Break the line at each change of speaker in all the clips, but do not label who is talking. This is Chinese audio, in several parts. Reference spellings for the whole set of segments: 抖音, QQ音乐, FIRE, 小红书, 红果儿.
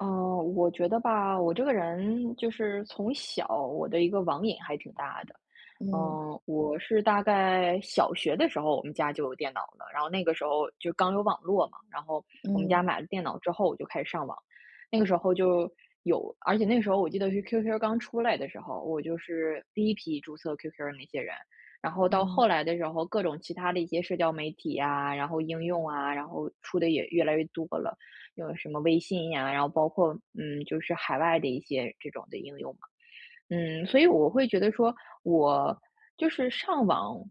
嗯，我觉得吧，我这个人就是从小我的一个网瘾还挺大的。
嗯
我是大概小学的时候，我们家就有电脑了，然后那个时候就刚有网络嘛，然后我们
嗯
家买了电脑之后，我就开始上网。那个时候就有，而且那个时候我记得是 QQ 刚出来的时候，我就是第一批注册 QQ 的那些人。然后到
嗯
后来的时候，各种其他的一些社交媒体啊，然后应用啊，然后出的也越来越多了。有什么微信呀，然后包括就是海外的一些这种的应用嘛。所以我会觉得说，我就是上网，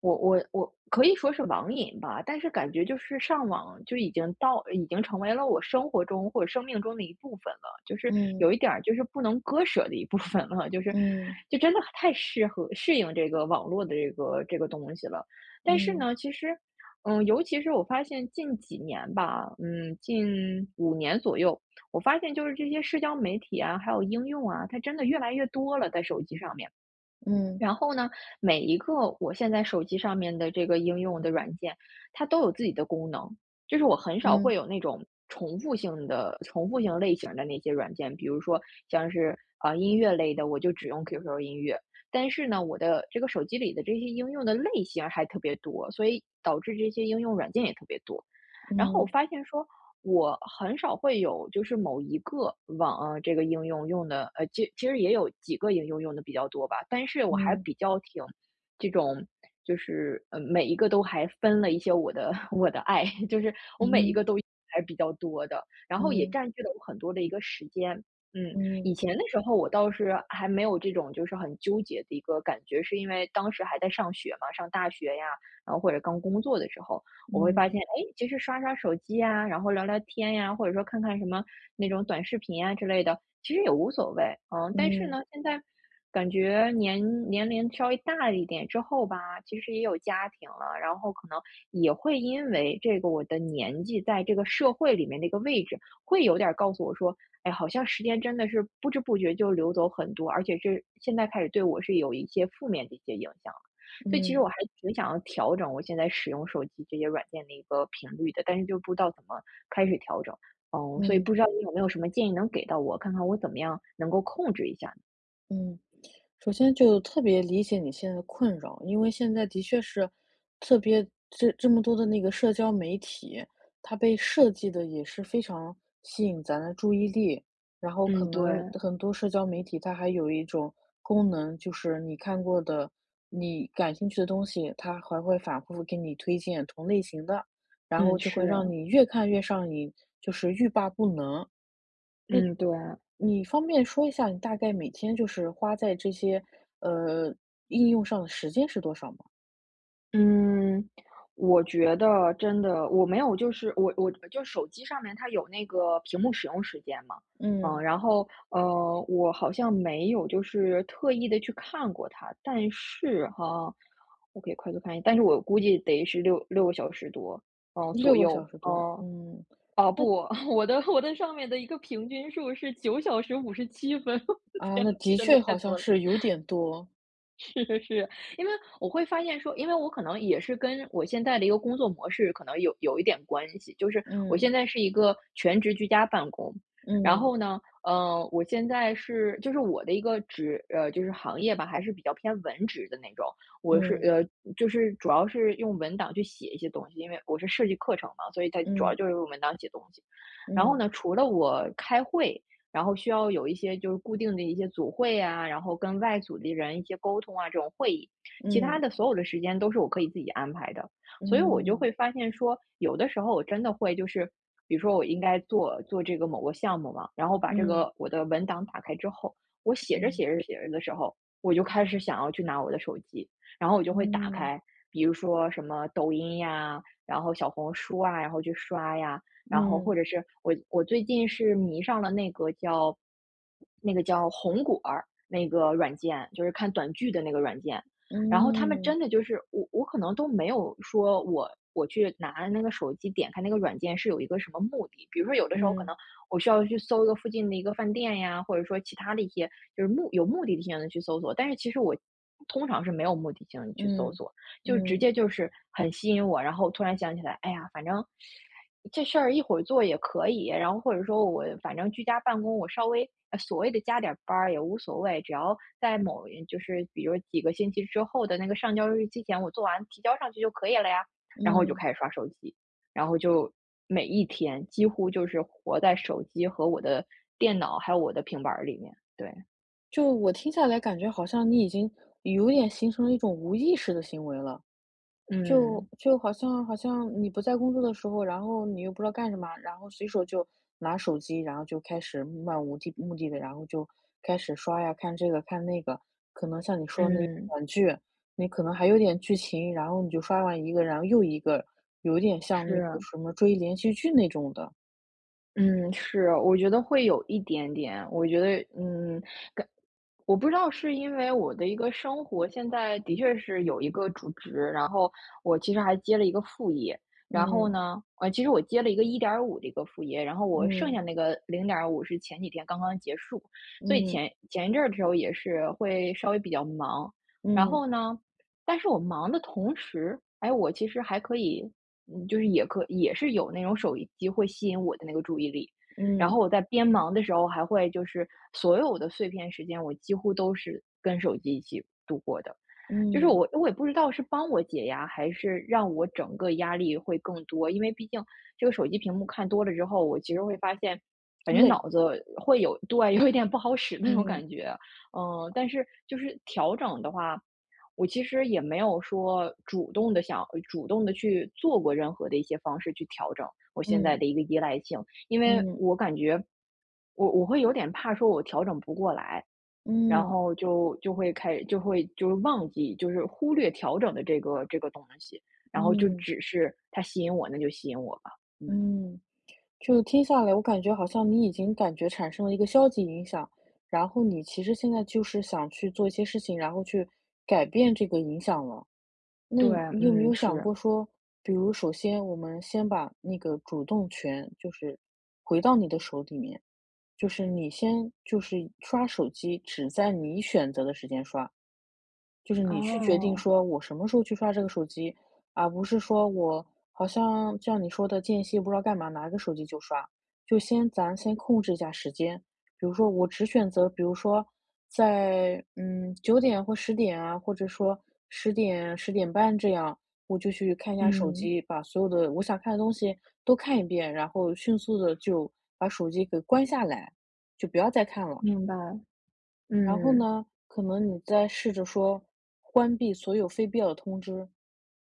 我可以说是网瘾吧，但是感觉就是上网就已经到，已经成为了我生活中或者生命中的一部分了，就是有
嗯
一点儿就是不能割舍的一部分了，就是
嗯
就真的太适应这个网络的这个东西了。但是
嗯
呢，其实尤其是我发现近几年吧，近5年左右，我发现就是这些社交媒体啊，还有应用啊，它真的越来越多了，在手机上面。
嗯
然后呢，每一个我现在手机上面的这个应用的软件，它都有自己的功能，就是我很少
嗯
会
嗯
有那种重复性的、重复性类型的那些软件，比如说像是啊、音乐类的，我就只用 QQ 音乐。但是呢，我的这个手机里的这些应用的类型还特别多，所以导致这些应用软件也特别多。然后我
嗯
发现说，我很少会有就是某一个这个应用用的其实也有几个应用用的比较多吧，但是我还
嗯
比较挺这种就是，每一个都还分了一些我的 我的爱，就是我每一
嗯
个都还比较多的，然后也
嗯
占据了我很多的一个时间。嗯，以
嗯
前的时候我倒是还没有这种就是很纠结的一个感觉，是因为当时还在上学嘛，上大学呀，然后或者刚工作的时候。我会发
嗯
现，哎，其实刷刷手机呀，然后聊聊天呀，或者说看看什么那种短视频啊之类的，其实也无所谓。但是
嗯
呢，现在感觉年龄稍微大了一点之后吧，其实也有家庭了，然后可能也会因为这个我的年纪在这个社会里面的一个位置，会有点儿告诉我说，哎，好像时间真的是不知不觉就流走很多，而且这现在开始对我是有一些负面的一些影响。所以其实我
嗯
还挺想要调整我现在使用手机这些软件的一个频率的，但是就不知道怎么开始调整。所以
嗯
不知道你有没有什么建议能给到我，看看我怎么样能够控制一下呢？
嗯。首先就特别理解你现在的困扰，因为现在的确是特别这么多的那个社交媒体，它被设计的也是非常吸引咱的注意力。然后可
嗯，对，
能很多社交媒体它还有一种功能，就是你看过的、你感兴趣的东西，它还会反复给你推荐同类型的，然
嗯，
后就会
是，
让你越看越上瘾，就是欲罢不能。
嗯，对。
你方便说一下你大概每天就是花在这些，呃，应用上的时间是多少吗？
嗯，我觉得真的我没有就是我就手机上面它有那个屏幕使用时间嘛，
嗯。
然后，我好像没有就是特意的去看过它，但是哈，我可以快速看一下，但是我估计得是六个小时多，左
六个
右，
小时多，嗯，
啊不，我的上面的一个平均数是9小时57分，
啊，
天
那
呐，
的
真的
确
太
好像
多了。
是有点多，
是是，是，因为我会发现说，因为我可能也是跟我现在的一个工作模式可能有一点关系，就是我
嗯，
现在是一个全职居家办公，然
嗯，
后呢，我现在是就是我的一个就是行业吧，还是比较偏文职的那种，我是
嗯，
呃就是主要是用文档去写一些东西，因为我是设计课程嘛，所以它主要
嗯，
就是用文档写东西。然后
嗯，
呢，除了我开会，然后需要有一些就是固定的一些组会啊，然后跟外组的人一些沟通啊，这种会议，其他的所有的时间都是我可以自己安排的。所以我就
嗯，
会发现说，有的时候我真的会就是，比如说我应该做做这个某个项目嘛，然后把这
嗯，
个我的文档打开之后，我写着
嗯，
写着写着的时候，我就开始想要去拿我的手机，然后我就会打
嗯，
开，比如说什么抖音呀，然后小红书啊，然后去刷呀，然后或
嗯，
者是我最近是迷上了那个叫红果儿那个软件，就是看短剧的那个软件。然后他们
嗯，嗯，
真的就是我可能都没有说我去拿那个手机点开那个软件是有一个什么目的，比如说有的时候可
嗯，
能我需要去搜一个附近的一个饭店呀，或者说其他的一些就是有目的性的去搜索，但是其实我通常是没有目的性的去搜
嗯，
索。就直
嗯，
接就是很吸引我，然后突然想起来，哎呀，反正这事儿一会儿做也可以，然后或者说我反正居家办公，我稍微所谓的加点班儿也无所谓，只要在就是比如几个星期之后的那个上交日期前，我做完提交上去就可以了呀。然后我就
嗯。
开始刷手机，然后就每一天几乎就是活在手机和我的电脑还有我的平板儿里面。对，
就我听下来感觉好像你已经有点形成了一种无意识的行为了。就
嗯
就好像你不在工作的时候，然后你又不知道干什么，然后随手就拿手机，然后就开始漫无地目的的，然后就开始刷呀，看这个看那个。可能像你说的那
嗯，
短剧，你可能还有点剧情，然后你就刷完一个，然后又一个，有点像那个
是。
什么追连续剧那种的。
嗯，是，我觉得会有一点点。我觉得，感我不知道是因为我的一个生活现在的确是有一个主职，然后我其实还接了一个副业，然后
嗯
呢，其实我接了一个1.5的一个副业，然后我剩
嗯
下那个零0五是前几天刚刚结束，所以
嗯
前一阵儿的时候也是会稍微比较忙。然
嗯
后呢，但是我忙的同时，哎，我其实还可以，就是也是有那种手机会吸引我的那个注意力，然
嗯
后我在边忙的时候还会就是所有的碎片时间，我几乎都是跟手机一起度过的。就是
嗯，
我也不知道是帮我解压，还是让我整个压力会更多，因为毕竟这个手机屏幕看多了之后，我其实会发现，感觉
累，
脑子会有，对，有一点不好使那种
嗯
感觉啊。但是就是调整的话，我其实也没有说主动的去做过任何的一些方式去调整我现在
嗯
的一个依赖性。因为
嗯
我感觉我会有点怕说我调整不过来，然
嗯嗯
后就会开始就会就是忘记，就是忽略调整的这个东西，然后就
嗯。
只是它吸引我，那就吸引我吧。嗯，
嗯就听下来，我感觉好像你已经感觉产生了一个消极影响，然后你其实现在就是想去做一些事情，然后去改变这个影响了。那
对，
你有没
嗯，
有想
是。
过说，比如首先我们先把那个主动权就是回到你的手里面，就是你先就是刷手机，只在你选择的时间刷，就是你去决定
哦，
说我什么时候去刷这个手机，而不是说我好像像你说的间隙不知道干嘛，拿个手机就刷。就先咱先控制一下时间，比如说我只选择，比如说在九点或十点啊，或者说十点十点半这样，我就去看一下手
嗯，
机，把所有的我想看的东西都看一遍，然后迅速的就把手机给关下来，就不要再看了。
明白，
然后
嗯，
呢，可能你再试着说关闭所有非必要的通知，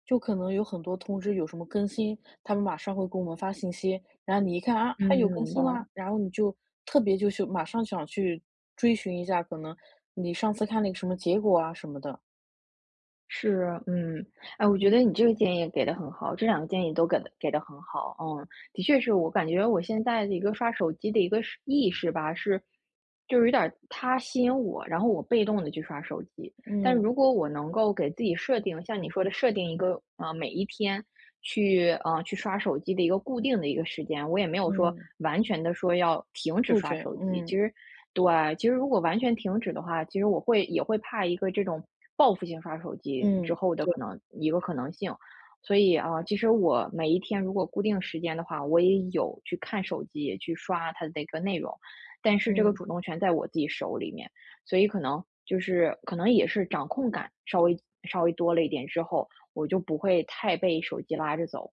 就可能有很多通知有什么更新，他们马上会给我们发信息，然后你一看啊，
嗯，
它有更
明白。
新啦，然后你就特别就是马上想去追寻一下，可能你上次看了一个什么结果啊什么的。
是，嗯，哎，我觉得
嗯
你这个建议给的很好，这两个建议都给的很好，嗯，的确是我感觉我现在的一个刷手机的一个是意识吧，是就是有点儿它吸引我，然后我被动的去刷手机，但如
嗯
果我能够给自己设定，像你说的设定一个每一天去去刷手机的一个固定的一个时间，我也没有说
嗯，
完全的说要停止
杜
刷
绝，
手机。其
嗯
实，对，其实如果完全停止的话，其实我会也会怕一个这种报复性刷手机之
嗯，
后的
对，
可能一个可能性。所以啊，其实我每一天如果固定时间的话，我也有去看手机，去刷它的一个内容，但是这个
嗯
主动权在我自己手里面。所以可能就是可能也是掌控感稍微多了一点之后，我就不会太被手机拉着走。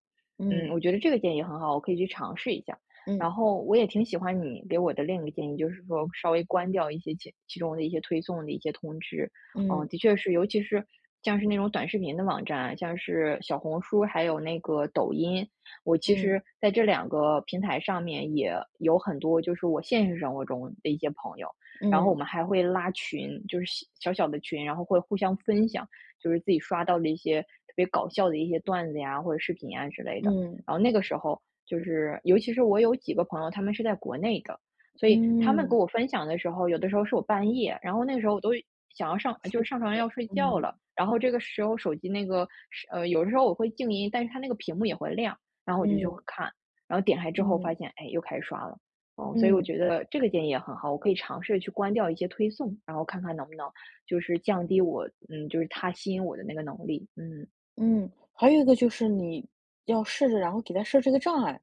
嗯，
嗯
我觉得这个建议很好，我可以去尝试一下。
嗯
然后我也挺喜欢你给我的另一个建议，就是说稍微关掉一些其中的一些推送的一些通知。嗯，
嗯
的确是，尤其是像是那种短视频的网站啊，像是小红书还有那个抖音，我其
嗯
实在这两个平台上面也有很多就是我现实生活中的一些朋友，然后我
嗯
们还会拉群，就是小小的群，然后会互相分享，就是自己刷到的一些特别搞笑的一些段子呀，或者视频呀之类的。
嗯
然后那个时候就是，尤其是我有几个朋友，他们是在国内的，所以他们给
嗯，
我分享的时候，有的时候是我半夜，然后那个时候我都想要上，就
是，
是上床要睡觉
嗯
了。然后这个时候手机那个是，有的时候我会静音，但是它那个屏幕也会亮，然后我就去
嗯
看，然后点开之后
嗯
发现，哎，又开始刷了。哦，所以我
嗯。
觉得这个建议也很好，我可以尝试去关掉一些推送，然后看看能不能就是降低我，嗯，就是它吸引我的那个能力。嗯，
嗯，还有一个就是你要试着，然后给它设置一个障碍，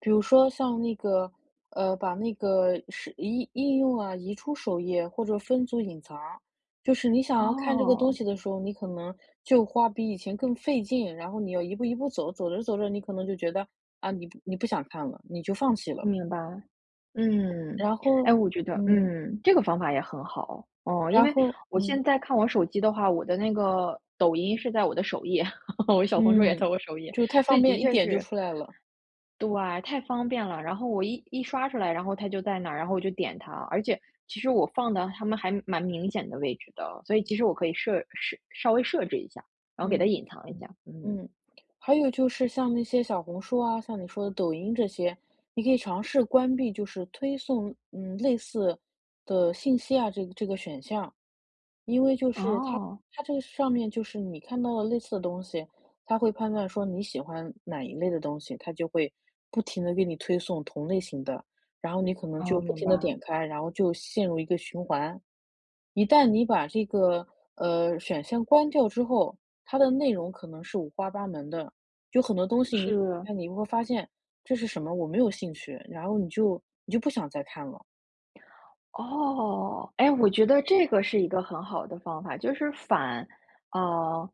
比如说像那个，把那个是应用啊移出首页或者分组隐藏，就是你想要看这个东
哦，
西的时候，你可能就花比以前更费劲，然后你要一步一步走，走着走着你可能就觉得啊，你不想看了，你就放弃了，
明白。嗯，
然后
哎，我觉得，
嗯，
嗯，这个方法也很好。哦，因
然
为
后
我
嗯
现在看我手机的话，我的那个抖音是在我的首页，我小红书也
嗯，
在我首页，
就太
所
方
以的
便，一
确
点就
是，
出来了，
对，太方便了。然后我一刷出来，然后它就在那儿，然后我就点它。而且其实我放的它们还蛮明显的位置的，所以其实我可以稍微设置一下，然后给它
嗯。
隐藏一下。嗯，
嗯，还有就是像那些小红书啊，像你说的抖音这些，你可以尝试关闭，就是推送，类似的信息啊，这个选项，因为就是它
哦，
它这个上面就是你看到了类似的东西，它会判断说你喜欢哪一类的东西，它就会不停的给你推送同类型的，然后你可能
哦，
就不
明
停
白，
的点开，然后就陷入一个循环。一旦你把这个选项关掉之后，它的内容可能是五花八门的，有很多东西你
是。
看你会发现这是什么，我没有兴趣，然后你就不想再看了。
哦，哎，我觉得这个是一个很好的方法，就是反，呃，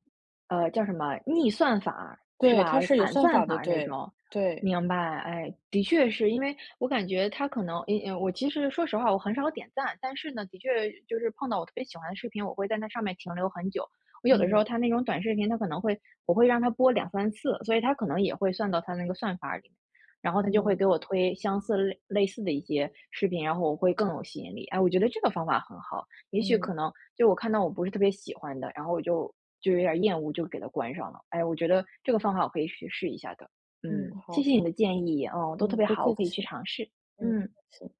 叫什么逆算法是
对，
吧？
它是有
反
算
算
法的，
法那
对，
种，
对，
明白？哎，的确是因为我感觉他可能，嗯嗯，我其实说实话，我很少点赞，但是呢，的确就是碰到我特别喜欢的视频，我会在那上面停留很久。我有的时候
嗯，
他那种短视频，他可能会，我会让他播2 3次，所以他可能也会算到他那个算法里。然后他就会
嗯，
给我推相似类似的一些视频，然后我会更有吸引力。哎，我觉得这个方法很好，也许可
嗯，
能就我看到我不是特别喜欢的，然后我就有点厌恶，就给它关上了。哎，我觉得这个方法我可以去试一下的。
嗯，
嗯，谢
好，
谢你的建议，嗯，都特
嗯，
别
不
好，我
客
可以
气，
去尝试。
嗯，
嗯。
不客气。